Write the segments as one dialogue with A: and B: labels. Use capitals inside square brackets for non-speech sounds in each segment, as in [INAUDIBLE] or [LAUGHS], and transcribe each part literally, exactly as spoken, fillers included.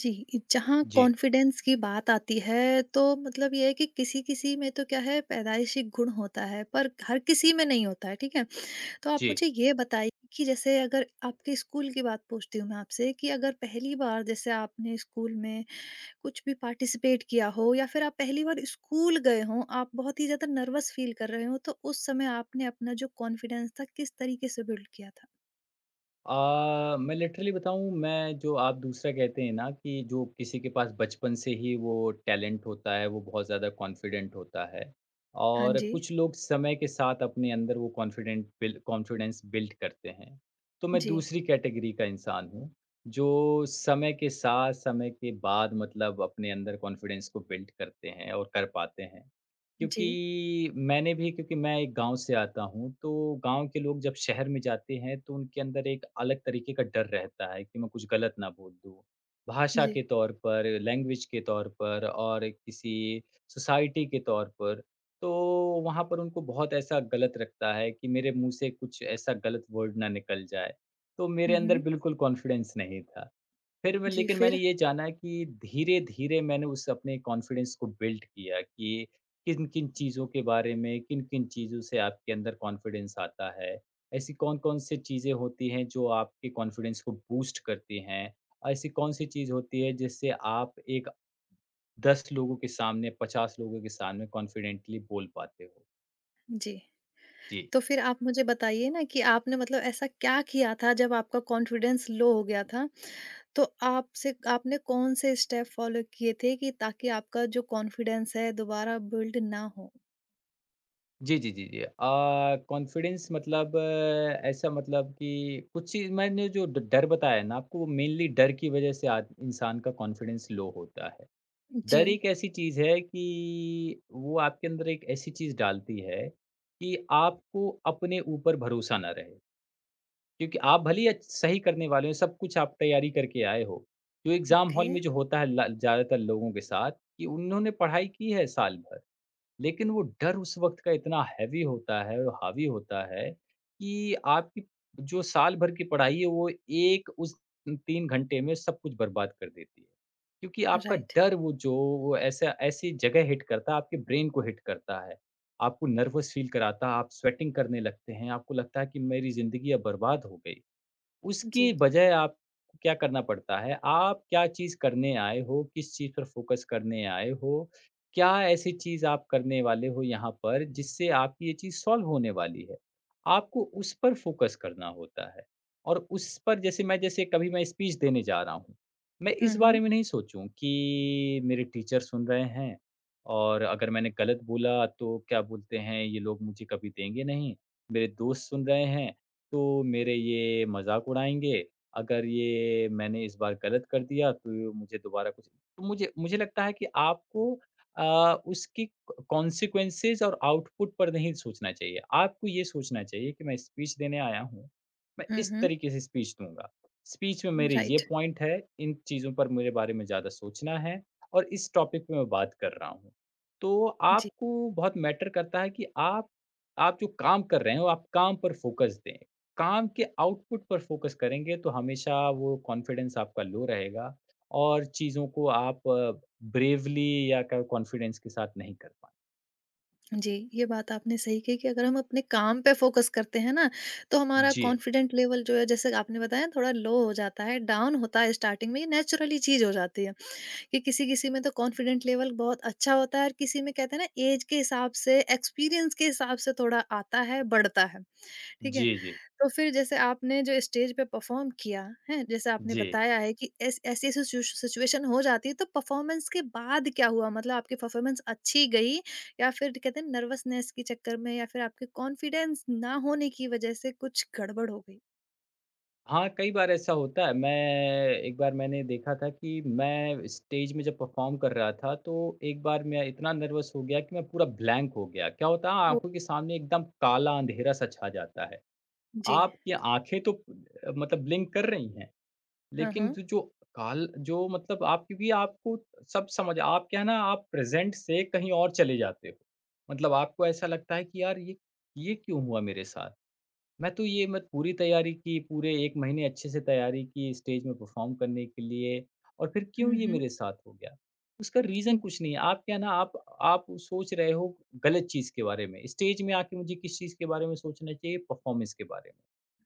A: जी, जहाँ
B: जी,
A: कॉन्फिडेंस की बात आती है, तो मतलब ये है कि किसी-किसी में तो क्या है पैदाइशी गुण होता है, पर हर किसी में नहीं होता है, ठीक है? तो आप
B: जी।
A: मुझे ये बताइए कि जैसे अगर आपके स्कूल की बात पूछती हूँ मैं आपसे कि अगर पहली बार जैसे आपने स्कूल में कुछ भी पार्टिसिपेट किया हो या फिर आप पहली बार स्कूल गए हों, आप बहुत ही ज़्यादा नर्वस फ़ील कर रहे हों, तो उस समय आपने अपना जो कॉन्फिडेंस था, किस तरीके से बिल्ड किया था?
B: अ, मैं लिटरली बताऊँ मैं जो आप दूसरा कहते हैं ना कि जो किसी के पास बचपन से ही वो टैलेंट होता है, वो बहुत ज़्यादा कॉन्फिडेंट होता है
A: हाँ
B: और
A: जी।
B: कुछ लोग समय के साथ अपने अंदर वो कॉन्फिडेंट बिल कॉन्फिडेंस बिल्ड करते हैं। तो मैं
A: जी।
B: दूसरी कैटेगरी का इंसान हूँ, जो समय के साथ, समय के बाद मतलब अपने अंदर कॉन्फिडेंस को बिल्ड करते हैं और कर पाते हैं।
A: जी।
B: क्योंकि मैंने भी क्योंकि मैं एक गाँव से आता हूँ, तो गाँव के लोग जब शहर में जाते हैं, तो उनके अंदर एक अलग तरीके का डर रहता है कि मैं कुछ गलत ना बोल दूँ। भाषा
A: जी।
B: के तौर पर, लैंग्वेज के तौर पर और किसी सोसाइटी के तौर पर। तो वहाँ पर उनको बहुत ऐसा गलत रखता है कि मेरे मुँह से कुछ ऐसा गलत वर्ड ना निकल जाए। तो मेरे
A: हुँ,
B: अंदर
A: हुँ।
B: बिल्कुल कॉन्फिडेंस नहीं था। फिर मैं
A: जी,
B: लेकिन मैंने
A: फिर?
B: ये जाना कि धीरे-धीरे मैंने उस अपने कॉन्फिडेंस को बिल्ड किया कि किन-किन चीज़ों के बारे में, किन-किन चीज़ों से आपके अंदर कॉन्फिडेंस आता है। ऐसी कौन-कौन सी चीज़ें होती हैं जो आपके कॉन्फिडेंस को बूस्ट करती हैं? ऐसी कौन-सी चीज़ होती है जिससे आप एक दस लोगों के सामने, पचास लोगों के सामने कॉन्फिडेंटली बोल पाते हो?
A: जी।
B: जी।
A: तो फिर आप मुझे बताइए ना कि आपने मतलब ऐसा क्या किया था जब आपका कॉन्फिडेंस लो हो गया था? तो आपसे आपने कौन से स्टेप फॉलो किए थे कि ताकि आपका जो कॉन्फिडेंस है दोबारा बिल्ड ना हो?
B: जी, जी, जी, जी। अ, कॉन्फिडेंस मतलब अ, ऐसा मतलब कि कुछ चीज़ मैंने जो ड डर बताया ना आपको, वो मेनली डर की वजह से आद इंसान का कॉन्फिडेंस लो होता है।
A: जी,
B: डर एक ऐसी चीज़ है कि वो आपके अंदर एक ऐसी चीज़ डालती है कि आपको अपने ऊपर भरोसा ना रहे। क्योंकि आप भले ही अच्छ सही करने वाले हो, सब कुछ आप तैयारी करके आए हो। जो एग्ज़ाम हॉल
A: ओके,
B: में जो होता है ल ज़्यादातर लोगों के साथ कि उन्होंने पढ़ाई की है साल भर। लेकिन वो डर उस वक़्त का इतना हैवी होता है और हावी होता है कि आपकी जो साल भर की पढ़ाई है वो एक उस तीन घंटे में सब कुछ बर्बाद कर देती है। क्योंकि आपका
A: राइट,
B: डर वो जो वो ऐसा ऐसी जगह हिट करता है, आपके ब्रेन को हिट करता है। आपको नर्वस फ़ील कराता है, आप स्वेटिंग करने लगते हैं, आपको लगता है कि मेरी ज़िंदगी अब बर्बाद हो गई। उसकी
A: जी।
B: बजाय आपको क्या करना पड़ता है? आप क्या चीज़ करने आए हो? किस चीज़ पर फ़ोकस करने आए हो? क्या ऐसी चीज़ आप करने वाले हो यहाँ पर जिससे आपकी ये चीज़ सॉल्व होने वाली है? आपको उस पर फ़ोकस करना होता है और उस पर जैसे मैं जैसे कभी मैं स्पीच देने जा रहा हूँ, मैं
A: हुँ,
B: इस बारे
A: हुँ।
B: में नहीं सोचूँ कि मेरे टीचर सुन रहे हैं और अगर मैंने गलत बोला तो क्या बोलते हैं ये लोग मुझे कभी देंगे नहीं, मेरे दोस्त सुन रहे हैं तो मेरे ये मज़ाक उड़ाएँगे, अगर ये मैंने इस बार गलत कर दिया तो मुझे दोबारा कुछ तो मुझे मुझे लगता है कि आपको अ, उसकी क कॉन्सिक्वेंसेज़ और आउटपुट पर नहीं सोचना चाहिए। आपको ये सोचना चाहिए कि मैं स्पीच देने आया हूँ, मैं
A: हुँ,
B: इस
A: हुँ,
B: तरीके से स्पीच दूँगा। स्पीच में मेरे ये
A: राइट,
B: पॉइंट है, इन चीज़ों पर मेरे बारे में ज़्यादा सोचना है और इस टॉपिक पे मैं बात कर रहा हूँ। तो
A: जी।
B: आपको बहुत मैटर करता है कि आप आप जो काम कर रहे हो, आप काम पर फ़ोकस दें। काम के आउटपुट पर फ़ोकस करेंगे तो हमेशा वो कॉन्फिडेंस आपका लो रहेगा और चीज़ों को आप ब्रेवली या क कॉन्फिडेंस के साथ नहीं कर पाएँ।
A: जी, ये बात आपने सही कही कि अगर हम अपने काम पे फ़ोकस करते हैं ना, तो हमारा
B: जी।
A: कॉन्फिडेंट लेवल जो है जैसे आपने बताया थोड़ा लो हो जाता है, डाउन होता है स्टार्टिंग में, ये नेचुरली चीज़ हो जाती है। कि किसी-किसी में तो कॉन्फिडेंट लेवल बहुत अच्छा होता है और किसी में कहते हैं ना एज के हिसाब से, एक्सपीरियंस के हिसाब से थोड़ा आता है, बढ़ता है, ठीक है?
B: जी, जी।
A: तो फिर जैसे आपने जो स्टेज पे परफॉर्म किया, हैं? जैसे आपने
B: जी।
A: बताया है कि ऐस ऐसी-ऐसी सिचुएश सिचुएशन हो जाती है, तो परफॉर्मेंस के बाद क्या हुआ? मतलब आपकी परफॉर्मेंस अच्छी गई या फिर कहते हैं नर्वसनेस के चक्कर में या फिर आपके कॉन्फिडेंस ना होने की वजह से कुछ गड़बड़ हो गई?
B: हाँ, कई बार ऐसा होता है। मैं एक बार मैंने देखा था कि मैं स्टेज में जब परफ़ॉर्म कर रहा था तो एक बार मैं इतना नर्वस हो गया कि मैं पूरा ब्लैंक हो गया। क्या होता है
A: वो
B: आँखों के सामने एकदम काला अंधेरा-सा छा जाता है।
A: जी।
B: आपकी आँखें तो अ, मतलब ब्लिंक कर रही हैं।
A: हाँ,
B: लेकिन
A: हाँ।
B: जो जो काल जो मतलब आप क्योंकि आपको सब समझ आप क्या है ना आप प्रेज़ेंट से कहीं और चले जाते हो। मतलब आपको ऐसा लगता है कि यार ये ये क्यों हुआ मेरे साथ? मैं तो ये मत पूरी तैयारी की, पूरे एक महीने अच्छे से तैयारी की स्टेज में परफ़ॉर्म करने के लिए और फिर क्यों
A: हुँ,
B: ये
A: हुँ।
B: मेरे साथ हो गया? उसका रीज़न
A: हुँ,
B: कुछ नहीं है। आप क्या है ना आप आप सोच रहे हो गलत चीज़ के बारे में। स्टेज में आके मुझे किस चीज़ के बारे में सोचना चाहिए? परफ़ॉर्मेंस के बारे में,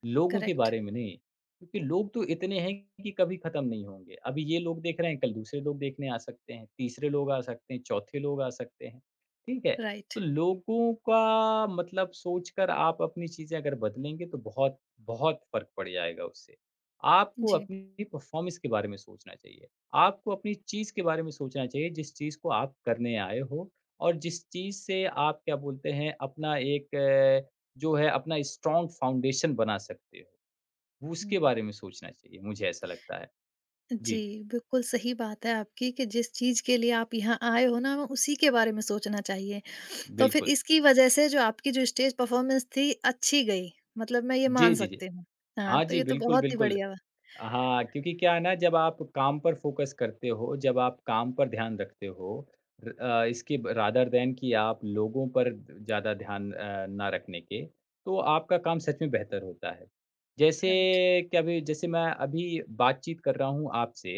B: लोगों के
A: करेक्ट,
B: बारे में नहीं। क्योंकि लोग तो इतने हैं कि कभी ख़त्म नहीं होंगे। अभी ये लोग देख रहे हैं, कल दूसरे लोग देखने आ सकते हैं, तीसरे लोग आ सकते हैं, चौथे लोग आ सकते हैं। ठीक है?
A: राइट।
B: तो लोगों का मतलब सोचकर आप अपनी चीज़ें अगर बदलेंगे तो बहुत, बहुत फ़र्क पड़ जाएगा उससे। आपको
A: जी,
B: अपनी परफ़ॉर्मेंस के बारे में सोचना चाहिए। आपको अपनी चीज़ के बारे में सोचना चाहिए जिस चीज़ को आप करने आए हो और जिस चीज़ से आप क्या बोलते हैं अपना एक अ, जो है अपना स्ट्रॉन्ग फ़ाउंडेशन बना सकते हो। उसके
A: हुँ।
B: बारे में सोचना चाहिए, मुझे ऐसा लगता है। जी, जी।
A: जी, बिल्कुल सही बात है आपकी कि जिस चीज़ के लिए आप यहाँ आए हो ना, हमें उसी के बारे में सोचना चाहिए। तो फिर
B: बिल्कुल।
A: इसकी वज़ह से जो आपकी जो स्टेज परफ़ॉर्मेंस थी, अच्छी गई। मतलब मैं ये
B: जी,
A: मान
B: जी, जी।
A: सकती हूँ। हाँ,
B: हाँ
A: तो
B: जी,
A: ये तो
B: बिल्कुल,
A: बहुत ही
B: बिल्कुल।
A: बढ़िया हुआ।
B: हाँ, क्योंकि क्या है ना जब आप काम पर फ़ोकस करते हो, जब आप काम पर ध्यान रखते हो र अ, इसके ब रादर दैन कि आप लोगों पर ज़्यादा ध्यान अ, ना रखने के, तो आपका काम सच में बेहतर होता है। जैसे
A: राइट।
B: कभी जैसे मैं अभी बातचीत कर रहा हूँ आपसे,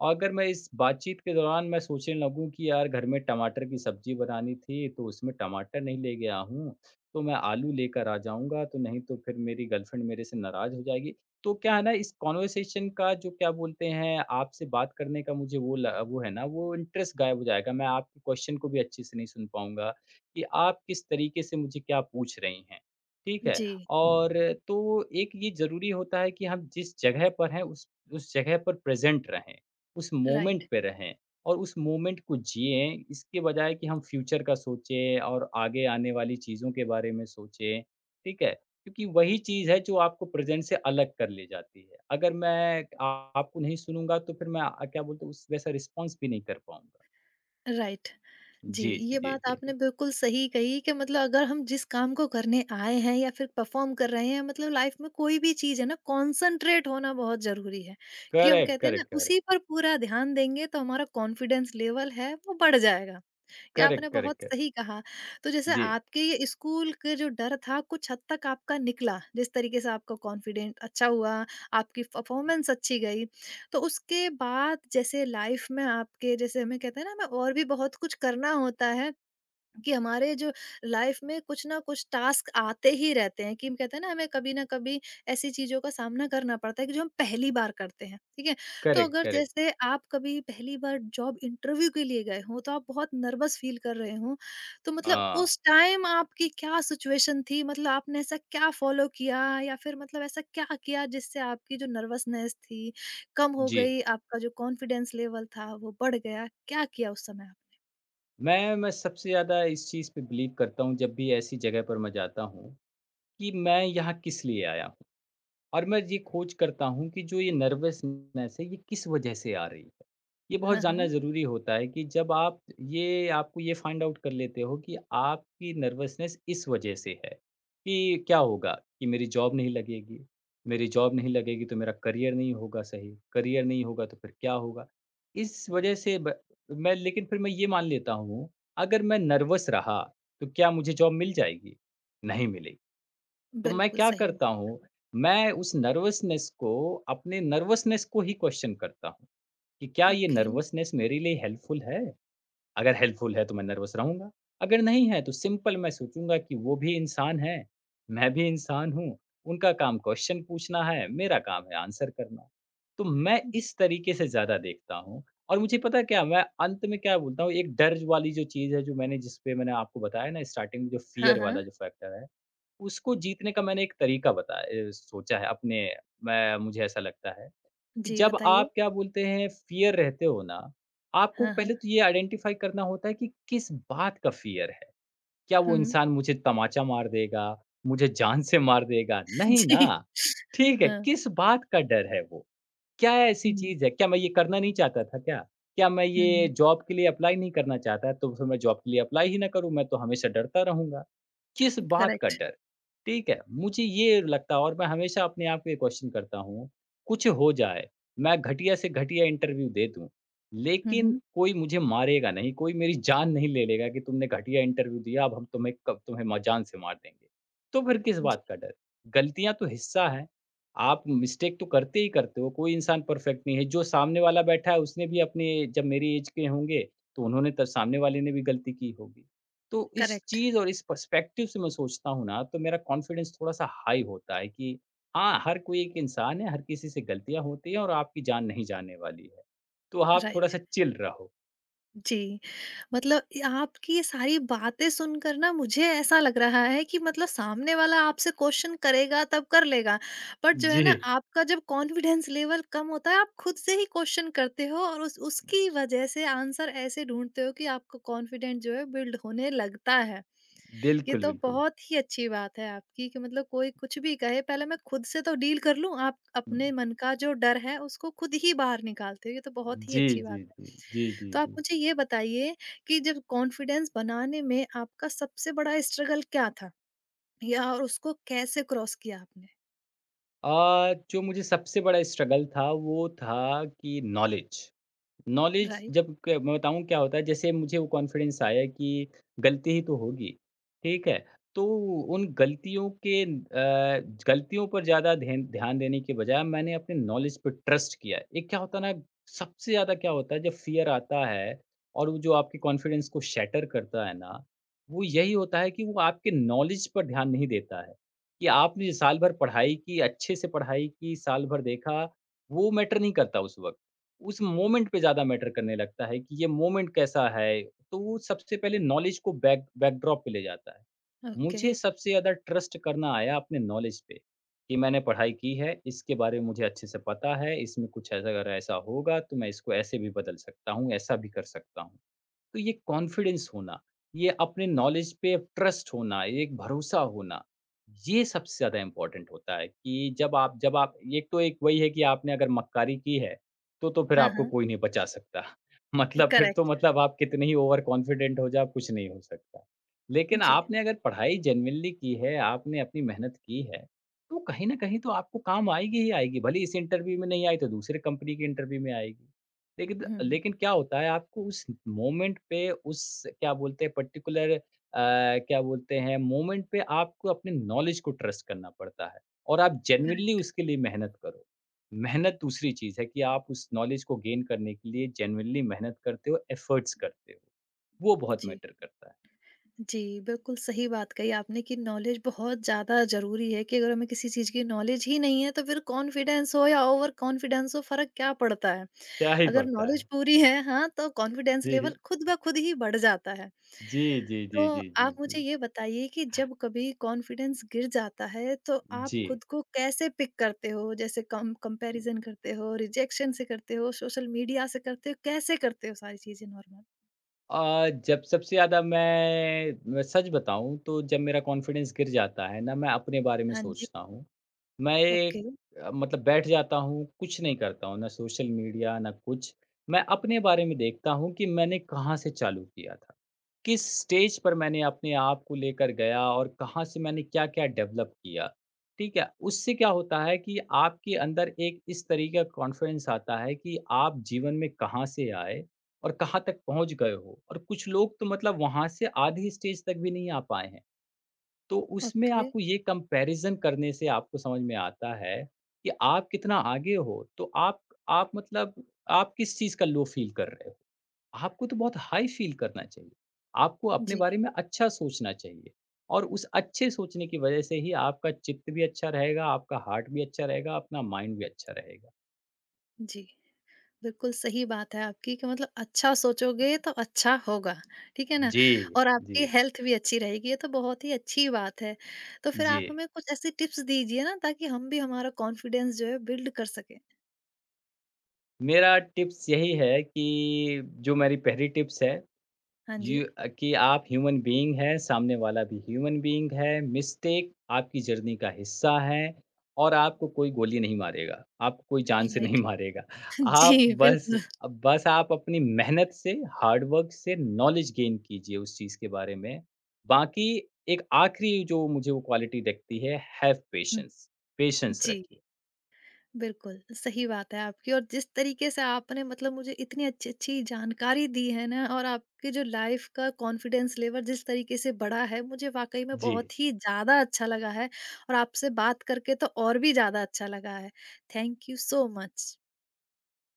B: और अगर मैं इस बातचीत के दौरान मैं सोचने लगूँ कि यार घर में टमाटर की सब्ज़ी बनानी थी, तो उसमें टमाटर नहीं ले गया हूँ तो मैं आलू लेकर आ जाऊँगा, तो नहीं तो फिर मेरी गर्लफ्रेंड मेरे से नाराज़ हो जाएगी। तो क्या है ना इस कन्वर्सेशन का जो क्या बोलते हैं आपसे बात करने का मुझे वो ल वो है ना वो इंटरेस्ट गायब हो जाएगा। मैं आपके क्वेश्चन को भी अच्छे से नहीं सुन पाऊँगा कि आप किस तरीके से मुझे क्या पूछ रही हैं। ठीक है?
A: जी,
B: और तो एक ये ज़रूरी होता है कि हम जिस जगह पर हैं उस उस जगह पर प्रेज़ेंट रहें, उस
A: राइट,
B: मोमेंट पे रहें। और उस मोमेंट को जिएँ, इसके बजाय कि हम फ्यूचर का सोचें और आगे आने वाली चीज़ों के बारे में सोचें, ठीक है? क्योंकि वही चीज़ है जो आपको प्रेज़ेंट से अलग कर ले जाती है। अगर मैं आ- आपको नहीं सुनूँगा तो फिर मैं अ, क्या बोलते हैं उस वैसा रिस्पॉन्स भी नहीं कर पाऊँगा।
A: राइट। जी,
B: जी, जी,
A: ये
B: जी,
A: बात
B: जी,
A: आपने
B: जी।
A: बिल्कुल सही कही कि मतलब अगर हम जिस काम को करने आए हैं या फिर परफॉर्म कर रहे हैं मतलब लाइफ में कोई भी चीज़ है ना कॉन्संट्रेट होना बहुत ज़रूरी है, कि हम
B: करेक्ट,
A: कहते हैं ना
B: करेक्ट, करेक्ट।
A: उसी पर पूरा ध्यान देंगे तो हमारा कॉन्फिडेंस लेवल है वो बढ़ जाएगा। ये
B: करेक्ट,
A: आपने
B: करेक्ट,
A: बहुत
B: करेक्ट।
A: सही कहा। तो जैसे
B: जी,
A: आपके ये स्कूल के जो डर था कुछ हद तक आपका निकला, जिस तरीके से आपका कॉन्फिडेंट अच्छा हुआ, आपकी परफॉर्मेंस अच्छी गई। तो उसके बाद जैसे लाइफ में आपके जैसे हमें कहते हैं ना हमें और भी बहुत कुछ करना होता है कि हमारे जो लाइफ में कुछ ना कुछ टास्क आते ही रहते हैं कि हम कहते हैं ना हमें कभी ना कभी ऐसी चीज़ों का सामना करना पड़ता है कि जो हम पहली बार करते हैं, ठीक है? तो
B: करेक्ट,
A: अगर
B: करेक्ट।
A: जैसे आप कभी पहली बार जॉब इंटरव्यू के लिए गए हों, तो आप बहुत नर्वस फ़ील कर रहे हों, तो मतलब
B: हाँ,
A: उस टाइम आपकी क्या सिचुएशन थी? मतलब आपने ऐसा क्या फ़ॉलो किया या फिर मतलब ऐसा क्या किया जिससे आपकी जो नर्वसनेस थी, कम हो
B: जी।
A: गई, आपका जो कॉन्फिडेंस लेवल था वो बढ़ गया? क्या किया उस समय आप?
B: मैं मैं सबसे ज़्यादा इस चीज़ पे बिलीव करता हूँ जब भी ऐसी जगह पर मैं जाता हूँ, कि मैं यहाँ किस लिए आया हूँ। और मैं ये खोज करता हूँ कि जो ये नर्वसनेस है, ये किस वजह से आ रही है? ये बहुत
A: हाँ,
B: जानना
A: हाँ।
B: ज़रूरी होता है कि जब आप ये आपको ये फाइंड आउट कर लेते हो कि आपकी नर्वसनेस इस वजह से है, कि क्या होगा? कि मेरी जॉब नहीं लगेगी, मेरी जॉब नहीं लगेगी तो मेरा करियर नहीं होगा सही, करियर नहीं होगा तो फिर क्या होगा? इस वजह से ब मैं लेकिन फिर मैं ये मान लेता हूँ, अगर मैं नर्वस रहा, तो क्या मुझे जॉब मिल जाएगी? नहीं मिलेगी। तो मैं
A: बिल्कुल
B: क्या
A: सही
B: करता हूँ, मैं उस नर्वसनेस को अपने नर्वसनेस को ही क्वेश्चन करता हूँ, कि क्या ये
A: ओके,
B: नर्वसनेस मेरे लिए हेल्पफुल है? अगर हेल्पफुल है तो मैं नर्वस रहूँगा, अगर नहीं है तो सिंपल मैं सोचूँगा कि वो भी इंसान हैं, मैं भी इंसान हूँ, उनका काम क्वेश्चन पूछना है, मेरा काम है आंसर करना। तो मैं
A: जी।
B: इस तरीके से ज़्यादा देखता हूँ और मुझे पता है क्या मैं अंत में क्या बोलता हूँ, एक डर वाली जो चीज़ है जो मैंने जिस पे मैंने आपको बताया ना स्टार्टिंग में जो
A: हाँ,
B: फ़ियर
A: हाँ।
B: वाला जो फैक्टर है उसको जीतने का मैंने एक तरीका बताया, अ, सोचा है अपने। मैं मुझे ऐसा लगता है कि
A: जी,
B: जब
A: बताइए।
B: आप क्या बोलते हैं फ़ियर रहते हो ना, आपको
A: हाँ,
B: पहले
A: हाँ।
B: तो ये आइडेंटिफ़ाई करना होता है कि किस बात का फ़ियर है। क्या
A: हुँ।
B: वो इंसान मुझे तमाचा मार देगा, मुझे जान से मार देगा?
A: [LAUGHS]
B: नहीं
A: जी।
B: ना। ठीक है,
A: हाँ।
B: किस बात का डर है वो? क्या ऐसी
A: हुँ,
B: चीज़ है? क्या मैं ये करना नहीं चाहता था क्या? क्या मैं
A: हुँ,
B: ये
A: हुँ।
B: जॉब के लिए अप्लाई नहीं करना चाहता? तो फिर मैं जॉब के लिए अप्लाई ही ना करूँ, मैं तो हमेशा डरता रहूँगा। किस बात का
A: करेक्ट।
B: डर? ठीक है, मुझे ये लगता है और मैं हमेशा अपने आप को ये क्वेश्चन करता हूँ, कुछ हो जाए, मैं घटिया से घटिया इंटरव्यू दे दूँ,
A: हुँ,
B: लेकिन
A: हुँ।
B: कोई मुझे मारेगा नहीं, कोई मेरी जान नहीं ले लेगा कि तुमने घटिया इंटरव्यू दिया, अब हम तुम्हें कब तुम्हें म जान से मार देंगे। तो फिर किस
A: जी,
B: बात का डर? गलतियाँ तो हिस्सा है, आप मिस्टेक तो करते ही करते हो, कोई इंसान परफेक्ट नहीं है, जो सामने वाला बैठा है उसने भी अपने जब मेरी ऐज के होंगे, तो उन्होंने त सामने वाले ने भी गलती की होगी। तो इस
A: करेक्ट,
B: चीज़ और इस पर्सपेक्टिव से मैं सोचता हूँ ना, तो मेरा कॉन्फिडेंस थोड़ा-सा हाई होता है कि हाँ, हर कोई एक इंसान है, हर किसी से गलतियाँ होती हैं और आपकी जान नहीं जाने वाली है। तो आप
A: राइट।
B: थोड़ा-सा चिल रहो।
A: जी, मतलब ये आपकी ये सारी बातें सुनकर ना मुझे ऐसा लग रहा है कि मतलब सामने वाला आपसे क्वेश्चन करेगा तब कर लेगा, बट जो है
B: जी।
A: ना आपका जब कॉन्फिडेंस लेवल कम होता है आप खुद से ही क्वेश्चन करते हो और उस उसकी वजह से आंसर ऐसे ढूँढते हो कि आपका कॉन्फिडेंट जो है बिल्ड होने लगता है। ये
B: बिल्कुल,
A: तो
B: बिल्कुल।
A: बहुत ही अच्छी बात है आपकी कि मतलब कोई कुछ भी कहे पहले मैं खुद से तो डील कर लूँ, आप अपने मन का जो डर है उसको खुद ही बाहर निकालते हो, ये तो बहुत ही
B: जी,
A: अच्छी
B: जी,
A: बात है।
B: जी। जी, जी,
A: तो आप
B: जी।
A: मुझे ये बताइए कि जब कॉन्फिडेंस बनाने में आपका सबसे बड़ा स्ट्रगल क्या था? या और उसको कैसे क्रॉस किया आपने?
B: अ, जो मुझे सबसे बड़ा स्ट्रगल था, वो था कि नॉलेज। नॉलेज
A: राइट,
B: जब क मैं बताऊँ क्या होता है, जैसे मुझे वो कॉन्फिडेंस आया कि गलती ही तो होगी, ठीक है? तो उन गलतियों के अ, गलतियों पर ज़्यादा धेन ध्यान देने के बजाय मैंने अपने नॉलेज पे ट्रस्ट किया। एक क्या होता है ना, सबसे ज़्यादा क्या होता है जब फ़ियर आता है और वो जो आपके कॉन्फिडेंस को शैटर करता है ना, वो यही होता है कि वो आपके नॉलेज पर ध्यान नहीं देता है, कि आपने साल भर पढ़ाई की, अच्छे से पढ़ाई की, साल भर देखा, वो मैटर नहीं करता उस वक़्त। उस मोमेंट पे ज़्यादा मैटर करने लगता है कि ये मोमेंट कैसा है, तो वो सबसे पहले नॉलेज को बैक बैकड्रॉप पे ले जाता है।
A: ओके।
B: मुझे सबसे ज़्यादा ट्रस्ट करना आया अपने नॉलेज पे, कि मैंने पढ़ाई की है, इसके बारे में मुझे अच्छे से पता है, इसमें कुछ ऐसा अगर ऐसा होगा तो मैं इसको ऐसे भी बदल सकता हूँ, ऐसा भी कर सकता हूँ। तो ये कॉन्फिडेंस होना, ये अपने नॉलेज पे ट्रस्ट होना, ये एक भरोसा होना, ये सबसे ज़्यादा इम्पोर्टेंट होता है कि जब आप जब आप एक तो एक वही है कि आपने अगर मक्कारी की है, तो तो फिर
A: हाँ,
B: आपको
A: हाँ।
B: कोई नहीं बचा सकता। [LAUGHS] मतलब फिर तो
A: करेक्ट,
B: मतलब आप कितने ही ओवर कॉन्फिडेंट हो जाओ, कुछ नहीं हो सकता। लेकिन
A: जी।
B: आपने अगर पढ़ाई जेनुइनली की है, आपने अपनी मेहनत की है, तो कहीं न कहीं तो आपको काम आएगी ही आएगी, भले इस इंटरव्यू में नहीं आई तो दूसरे कंपनी के इंटरव्यू में आएगी। लेकिन
A: हुँ,
B: लेकिन क्या होता है आपको उस मोमेंट पे उस क्या बोलते हैं पर्टिकुलर अ, क्या बोलते हैं मोमेंट पे आपको अपने नॉलेज को ट्रस्ट करना पड़ता है और आप जेन्युइनली
A: करेक्ट,
B: उसके लिए मेहनत करो। मेहनत दूसरी चीज़ है कि आप उस नॉलेज को गेन करने के लिए जेन्युइनली मेहनत करते हो, एफर्ट्स करते हो। वो बहुत
A: जी।
B: मैटर करता है।
A: जी, बिल्कुल सही बात कही आपने कि नॉलेज बहुत ज़्यादा ज़रूरी है कि अगर हमें किसी चीज़ की नॉलेज ही नहीं है, तो फिर कॉन्फिडेंस हो या ओवर कॉन्फिडेंस हो, फ़र्क क्या पड़ता है?
B: क्या ही
A: अगर
B: पड़ता
A: नॉलेज
B: है।
A: पूरी है हाँ, तो कॉन्फिडेंस लेवल
B: जी,
A: खुद ब खुद ही बढ़ जाता है।
B: जी, जी, जी,
A: तो
B: जी, जी,
A: आप मुझे
B: जी।
A: ये बताइए कि जब कभी कॉन्फिडेंस गिर जाता है तो आप
B: जी।
A: खुद को कैसे पिक करते हो? जैसे कम कंपैरिज़न करते हो, रिजेक्शन से करते हो, सोशल मीडिया से करते हो, कैसे करते हो सारी चीज़ें नॉर्मल?
B: अ, जब सबसे ज़्यादा मैं मैं सच बताऊँ तो जब मेरा कॉन्फिडेंस गिर जाता है ना, मैं अपने बारे में
A: हाँ जी।
B: सोचता हूँ। मैं एक
A: ओके,
B: अ, मतलब बैठ जाता हूँ, कुछ नहीं करता हूँ, ना सोशल मीडिया, ना कुछ। मैं अपने बारे में देखता हूँ कि मैंने कहाँ से चालू किया था। किस स्टेज पर मैंने अपने आप को लेकर गया और कहाँ से मैंने क्या-क्या डेवलप किया, ठीक है? उससे क्या होता है कि आपके अंदर एक इस तरीके का कॉन्फिडेंस आता है कि आप जीवन में कहाँ से आए और कहाँ तक पहुँच गए हो और कुछ लोग तो मतलब वहाँ से आधी स्टेज तक भी नहीं आ पाए हैं। तो उसमें
A: ओके।
B: आपको ये कंपैरिज़न करने से आपको समझ में आता है कि आप कितना आगे हो, तो आप आप मतलब आप किस चीज़ का लो फ़ील कर रहे हो। आपको तो बहुत हाई फ़ील करना चाहिए। आपको अपने
A: जी,
B: बारे में अच्छा सोचना चाहिए और उस अच्छे सोचने की वज़ह से ही आपका चित्त भी अच्छा रहेगा, आपका हार्ट भी अच्छा रहेगा, अपना माइंड भी अच्छा रहेगा।
A: जी। बिल्कुल सही बात है आपकी कि मतलब अच्छा सोचोगे तो अच्छा होगा, ठीक है ना?
B: जी,
A: और
B: जी,
A: आपकी हेल्थ भी अच्छी रहेगी, ये तो बहुत ही अच्छी बात है। तो फिर
B: जी।
A: आप हमें कुछ ऐसी टिप्स दीजिए ना ताकि हम भी हमारा कॉन्फिडेंस जो है बिल्ड कर सकें।
B: मेरा टिप्स यही है कि जो मेरी पहली टिप्स है
A: हाँ
B: जी
A: जी,
B: अ, कि आप ह्यूमन बीइंग हैं, सामने वाला भी ह्यूमन बीइंग है, मिस्टेक आपकी जर्नी का हिस्सा है और आपको कोई गोली नहीं मारेगा, आपको कोई जान से नहीं
A: राइट।
B: मारेगा।
A: [LAUGHS]
B: आप
A: जी,
B: बस
A: बिल्कुल।
B: बस आप अपनी मेहनत से, हार्ड वर्क से नॉलेज गेन कीजिए उस चीज़ के बारे में। बाकी एक आखिरी जो मुझे वो क्वालिटी दिखती है हैव
A: हुँ,
B: पेशेंस, पेशेंस
A: जी।
B: रखिए।
A: बिल्कुल, सही बात है आपकी और जिस तरीके से आपने मतलब मुझे इतनी अच्छी-अच्छी जानकारी दी है ना और आपकी जो लाइफ का कॉन्फिडेंस लेवल जिस तरीके से बढ़ा है, मुझे वाक़ई में
B: जी।
A: बहुत ही ज़्यादा अच्छा लगा है और आपसे बात करके तो और भी ज़्यादा अच्छा लगा है। Thank you so much.